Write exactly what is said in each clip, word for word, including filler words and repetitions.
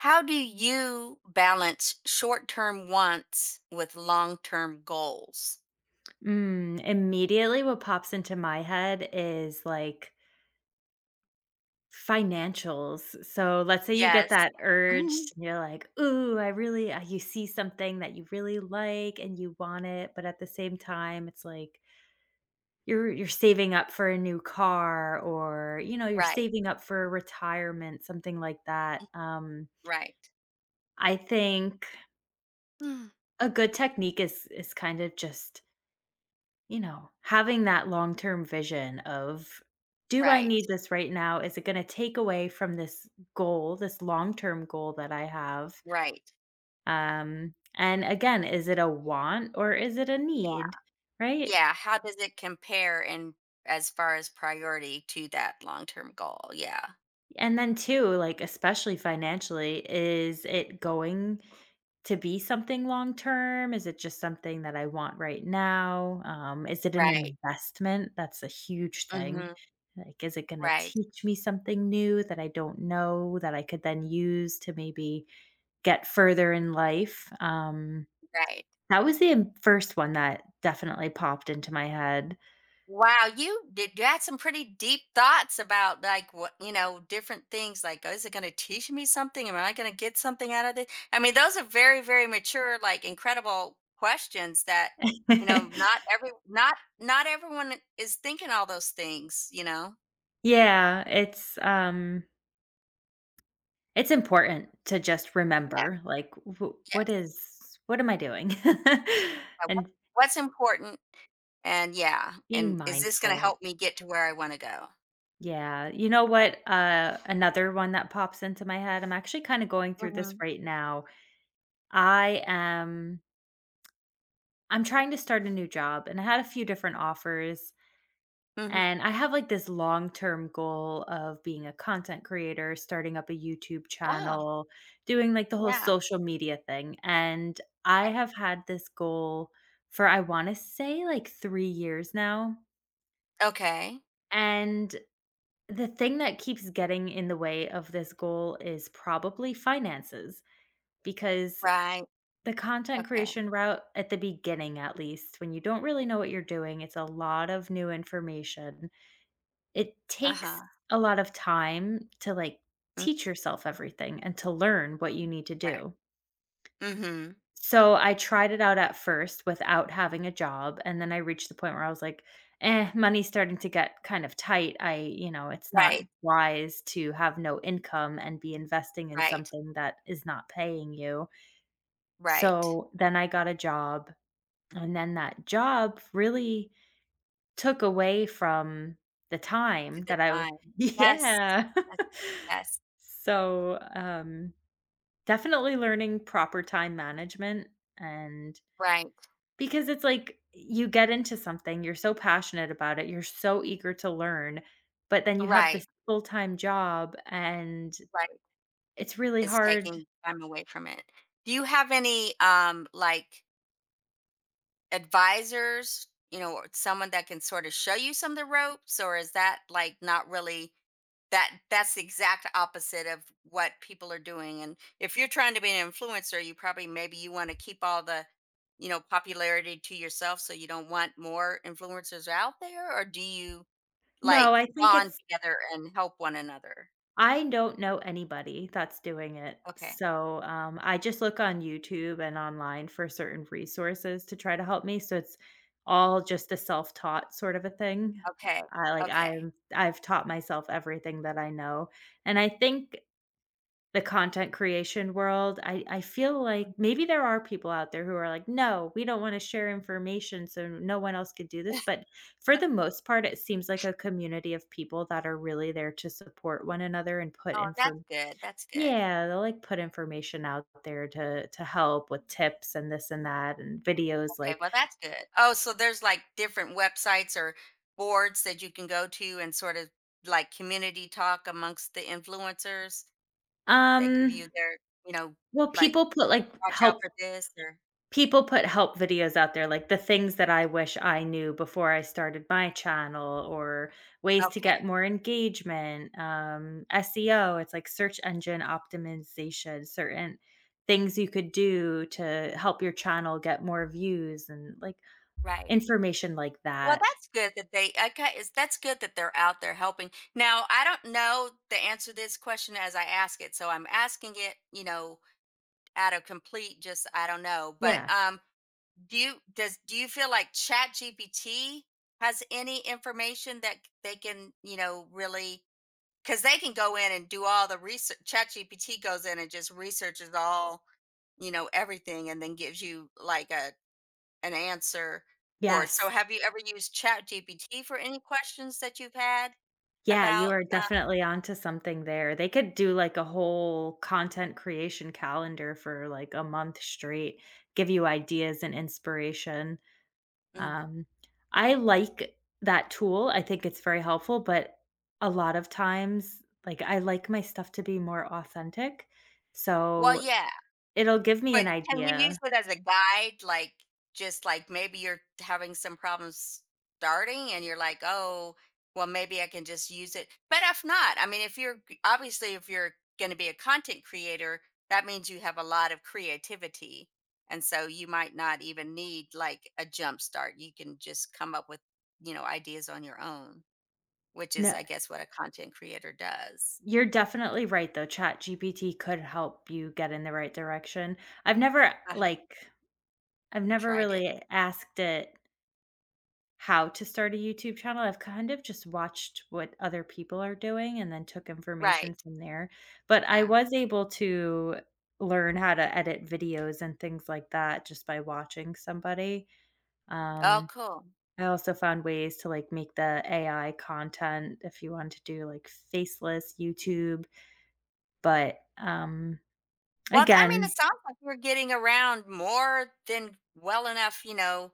How do you balance short term wants with long term goals? Mm, immediately what pops into my head is, like, financials. So, let's say you get Yes. that urge Mhm. and you're like, "Ooh, I really" uh, you see something that you really like and you want it, but at the same time, it's like you're you're saving up for a new car or, you know, you're Right, saving up for retirement, something like that. Um, right, I think Mm. a good technique is is kind of just you know, having that long-term vision of, "Do I right, need this right now? Is it gonna take away from this goal, this long-term goal that I have?" right. Um, and again, is it a want or is it a Yeah, need, right? yeah. How does it compare in as far as priority to that long term goal? Yeah, And then too, like, especially financially, is it going to be something long term? Is it just something that I want right now? Um, is it an right. investment? That's a huge thing. Hmm. Like, is it going to Right, teach me something new that I don't know that I could then use to maybe get further in life? Um, right. That was the im- first one that definitely popped into my head. Wow, you did you had some pretty deep thoughts about like what you know, different things like, oh, is it gonna teach me something? Am I gonna get something out of this? I mean, those are very, very mature, like incredible questions that, you know, not every not not everyone is thinking all those things, you know? yeah, it's um It's important to just Yeah, remember, like, w what yes. is what am I doing? uh, what- And What's important? And yeah, being and is this gonna mindful. help me get to where I wanna go? Yeah. You know what, uh, another one that pops into my head, I'm actually kinda going through this Hmm. right now. I am I'm trying to start a new job, and I had a few different offers. And Hmm. I have like this long term goal of being a content creator, starting up a YouTube Oh, channel, doing like the whole yeah. social media thing. And I Right. have had this goal for, I want to say, like three years now. Okay. And the thing that keeps getting in the way of this goal is probably finances, because Right. the content Okay. creation route, at the beginning at least, when you don't really know what you're doing, it's a lot of new information. It takes Uh-huh. a lot of time to, like, mm, teach yourself everything and to learn what you need to right. do. Mhm. So, I tried it out at first without having a job, and then I reached the point where I was like, "Eh, money's starting to get kind of tight. I You know, it's not Right, wise to have no income and be investing in right, something that is not paying you." right. So, then I got a job, and then that job really took away from the At time the that I w time. Yes. Yeah. Yes, yes. So, um, definitely learning proper time management and Right, because it's like you get into something, you're so passionate about it, you're so eager to learn, but then you have right, this full-time job and right. it's really It's hard. taking time away from it. Do you have any, um, like advisors, you know, or someone that can sort of show you some of the ropes, or is that like not really that that's the exact opposite of what people are doing? And if you're trying to be an influencer, you probably maybe you want to keep all the, you know, popularity to yourself so you don't want more influencers out there, or do you No, like I think bond it's together and help one another? I don't know anybody that's doing it. Okay. So, um, I just look on YouTube and online for certain resources to try to help me, so it's all just a self-taught sort of a thing. Okay. I like Okay. I'm I've taught myself everything that I know, and I think the content creation world, I I feel like maybe there are people out there who are like, "No, we don't wanna share information so no one else could do this," but for the most part, it seems like a community of people that are really there to support one another and put Oh, that's infor. good. That's good. Yeah, they'll, like, put information out there to to help with tips and this and that and videos, Okay, like, well, that's good. Oh, so there's like different websites or boards that you can go to and sort of like community talk amongst the influencers that give um, you their, you know, well, like people put, w- like, watch out help. for this or People put help videos out there, like the things that I wish I knew before I started my channel or ways to get okay, more engagement, um, S E O, it's like search engine optimization, certain things you could do to help your channel get more views and like right. information like Well, that. that's good that they okay. It's, that's good that they're out there helping. Now, I don't know the answer to this question as I ask it, so I'm asking it, you know, out of complete just I don't know. But Yeah. um, do you does do you feel like ChatGPT has any information that they can, you know, really because they can go in and do all the research. ChatGPT goes in and just researches all, you know, everything and then gives you like a an answer for it. So Yes. have you ever used ChatGPT for any questions that you've had Yeah, you about are uh, definitely onto something there. They could do like a whole content creation calendar for like a month straight, give you ideas and inspiration. Mm. Um, I like that tool. I think it's very helpful, but a lot of times, like I like my stuff to be more authentic. Well, So yeah, it'll give me but an can you idea. use it as a guide? Like, just like maybe you're having some problems starting and you're like, oh, well, maybe I can just use it. But if not, I mean, if you're obviously, if you're going to be a content creator, that means you have a lot of creativity. And so you might not even need like a jump start. You can just come up with, you know, ideas on your own, which is, No, I guess, what a content creator does. you're definitely right though. Chat G P T could help you get in the right direction. I've never Uh-huh. like I've never Tried it. really asked it how to start a YouTube channel. I've kind of just watched what other people are doing and then took information Right. from there. But I Yeah. was able to learn how to edit videos and things like that just by watching somebody. Oh, Um, cool. I also found ways to like make the A I content if you want to do like faceless YouTube. But um Well, I mean, it again, sounds like you're getting around more than well enough, you know.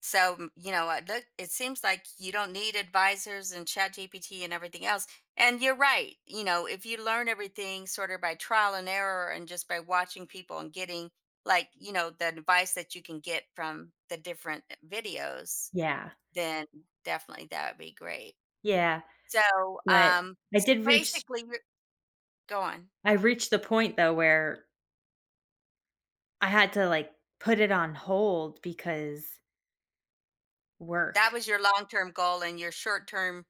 So, m- you know, uh, look, it seems like you don't need advisors and chat G P T and everything else. And you're right. You know, if you learn everything sort of by trial and error and just by watching people and getting like, you know, the advice that you can get from the different eh, videos, yeah. then definitely that would be great. Yeah. So, But um, I so did reach basically, you're, go on. I reached the point though where I had to, like, put it on hold because That work was your long term goal and your short term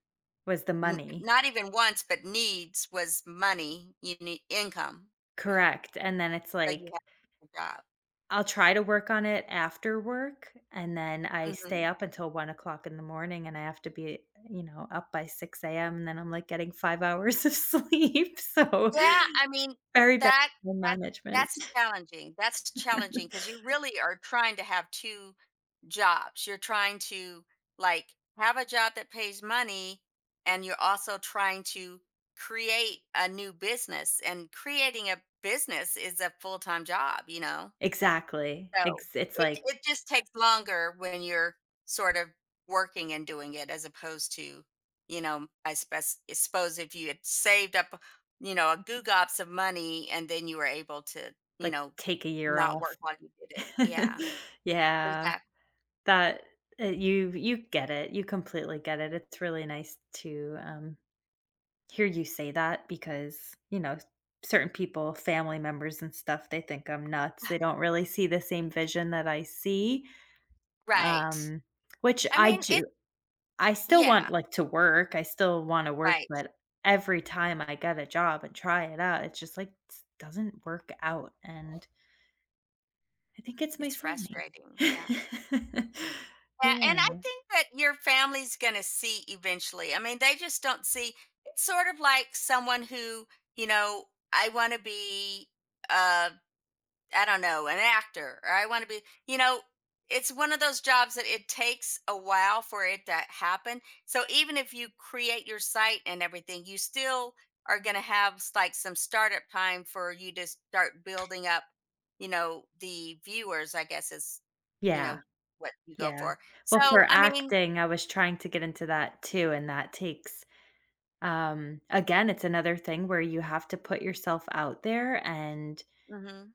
was the N money. not even wants, but needs was money, you need income, Correct, and then it's so you like, have a job. I'll try to work on it after work, and then I stay Mhm. up until one o'clock in the morning, and I have to be, you know, up by six a m, and then I'm, like, getting five hours of sleep, so Yeah, I mean, very bad that time that management. that's challenging, that's challenging because you really are trying to have two jobs. You're trying to, like, have a job that pays money, and you're also trying to create a new business, and creating a business is a full-time job, you know? Exactly. So Ex It's it like it just takes longer when you're sort of working and doing it as opposed to, you know, I spes- I suppose if you had saved up, you know, a goo gops of money and then you were able to, you Like, know, take a year not off. work while you did it. Yeah, Yeah, exactly. that uh, you you get it, you completely get it. It's really nice to, um, hear you say that because, you know, certain people, family members and stuff, they think I'm nuts. They don't really see the same vision that I see, Right. um, which I I mean, it, do. I still yeah, want, like, to work. I still wanna work, right. but every time I get a job and try it out, it just like, s doesn't work out, and I think it's my It's sign. frustrating. Yeah. Yeah, and I Yeah. think that your family's going to see eventually. I mean, they just don't see. It's sort of like someone who, you know, I want to be uh, I don't know, an actor, or I want to be, you know, it's one of those jobs that it takes a while for it to happen. So even if you create your site and everything, you still are going to have s- like some startup time for you to start building up, you know, the viewers, I guess is, you Yeah, know, what you go yeah. for. Well, So, for I mean, acting, I was trying to get into that too, and that takes um, again, it's another thing where you have to put yourself out there and mhm,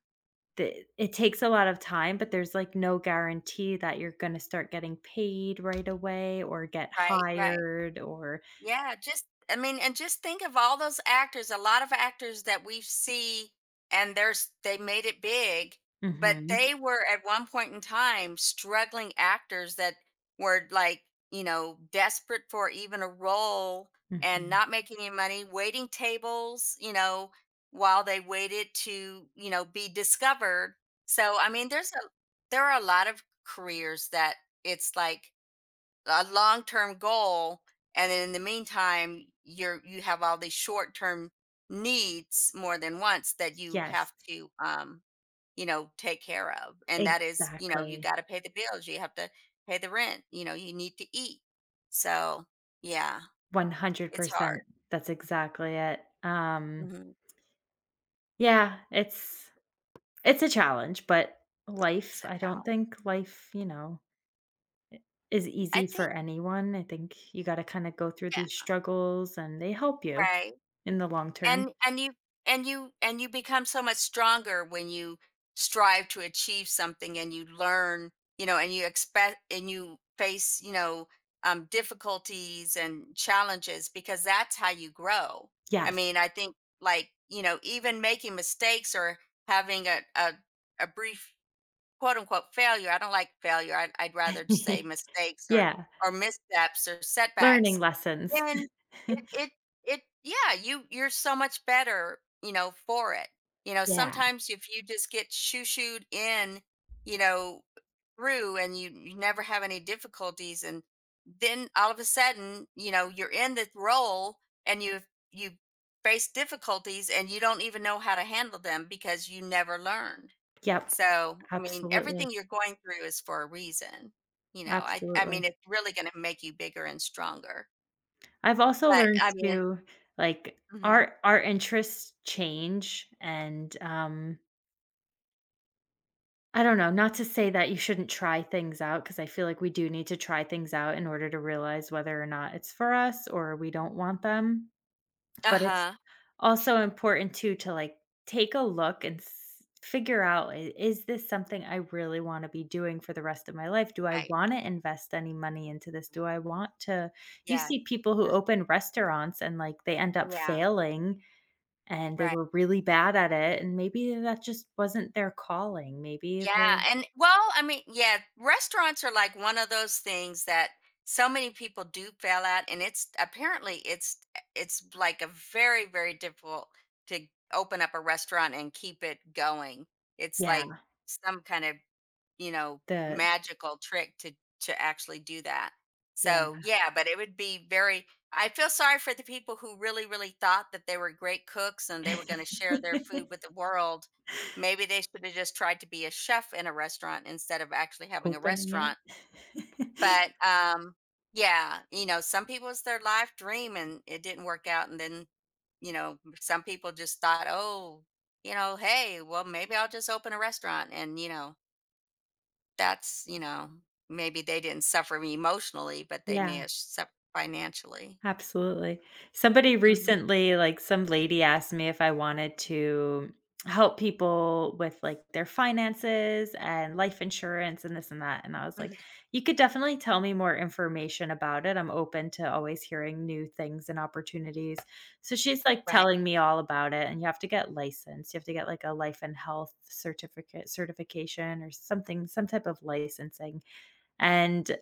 the it takes a lot of time, but there's, like, no guarantee that you're gonna start getting paid right away or get right, right. hired or Yeah, just I mean, and just think of all those actors, a lot of actors that we see and there's they made it big, but mhm, they were at one point in time struggling actors that were like, you know, desperate for even a role and mhm. not making any money, waiting tables, you know, while they waited to, you know, be discovered. So I mean, there's a there are a lot of careers that it's like a long-term goal and in the meantime you're you have all these short-term needs more than once that you Yes, have to um you know take care of and that is you know you exactly. got to pay the bills you have to pay the rent you know you need to eat so yeah it's hard. one hundred percent. That's exactly it. Um Mhm. Yeah, it's it's a challenge, but It is life a I don't talent. think life, you know, I is i easy for think anyone. I think you gotta kinda go through these yeah struggles, and they help you right. in the long term. And and you and you and you become so much stronger when you strive to achieve something and you learn, you know, and you expect and you face, you know, um, difficulties and challenges because that's how you grow. I Yes. mean, I think like, you know, even making mistakes or having a, a, a brief quote unquote failure. I don't like failure. I'd, I'd rather say mistakes or Yeah, or missteps or learning setbacks. lessons. Then it it it yeah, you you're so much better, you know, for it. You know, Yeah. sometimes if you just get shoo shooed in, you know, through and you, you never have any difficulties and then all of a sudden, you know, you're in this role and you you face difficulties and you don't even know how to handle them because you never learned. Yep. So, I mean, Absolutely, everything you're going through is for a reason. You know, I I mean, absolutely. it's really gonna make you bigger and stronger. I've also But learned I mean, to, like, mhm. our our interests change, and, um, I don't know, not to say that you shouldn't try things out, because I feel like we do need to try things out in order to realize whether or not it's for us or we don't want them, but it's Uh-huh. also important too to, like, take a look and s figure out, "I is this something I really wanna be doing for the rest of my life? Do I Right. wanna invest any money into this? Yeah. Do I want to" You Yeah, see people who yeah, open restaurants and, like, they end up yeah, failing, and they right. were really bad at it, and maybe that just wasn't their calling, maybe Yeah, they and well, I mean, yeah, restaurants are like one of those things that so many people do fail at, and it's apparently it's it's like a very, very difficult to open up a restaurant and keep it going. It's like yeah. some kind of you know, The magical trick to to actually do that. Yeah. So, yeah, but it would be very I feel sorry for the people who really, really thought that they were great cooks and they were going to share their food with the world. Maybe they should have just tried to be a chef in a restaurant instead of actually having a Opening it. restaurant. But um yeah, you know, some people it's their life dream and it didn't work out and then you know, some people just thought, "Oh, you know, hey, well maybe I'll just open a restaurant and, you know, that's, you know, maybe they didn't suffer me emotionally, but they may Yeah. have suffered financially." Absolutely. Somebody Mhm. recently, like some lady asked me if I wanted to help people with like their finances and life insurance and this and that. And I was like, Mhm. you could definitely tell me more information about it. I'm open to always hearing new things and opportunities. So she's like Right. telling me all about it. And you have to get licensed. You have to get like a life and health certificate certification or something, some type of licensing. And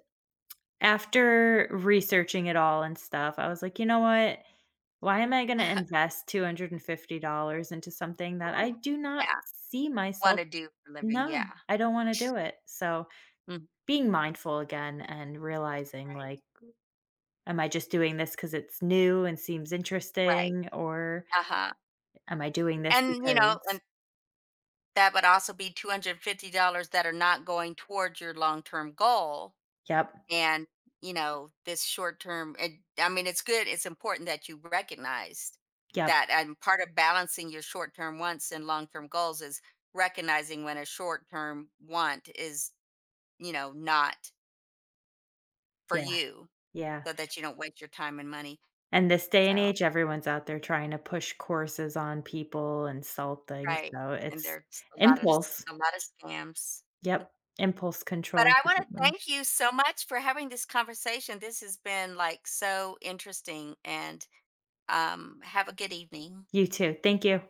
after researching it all and stuff, I was like, "You know what? Why am I gonna invest two hundred fifty dollars into something that I Ooh. do not Yeah. see Want myself" to do for a living. Yeah. No, I don't wanna do it. So, Mhm. being mindful again and realizing, Right. like, am I just doing this because it's new and seems Right. interesting, or Uh huh. am I doing this And, you know, because and that would also be two hundred fifty dollars that are not going towards your long term goal. yep, and you know this short term and I mean it's good it's important that you recognized yep, that and part of balancing your short term wants and long term goals is recognizing when a short term want is you know not for yeah, you yeah. so that you don't waste your time and money. And this day and So age, everyone's out there trying to push courses on people and sell things, right so and it's there's a lot of s- impulse. a lot of scams Yep, impulse but control is I a want good to one. thank you so much for having this conversation this has been like so interesting and um have a good evening. You too, thank you.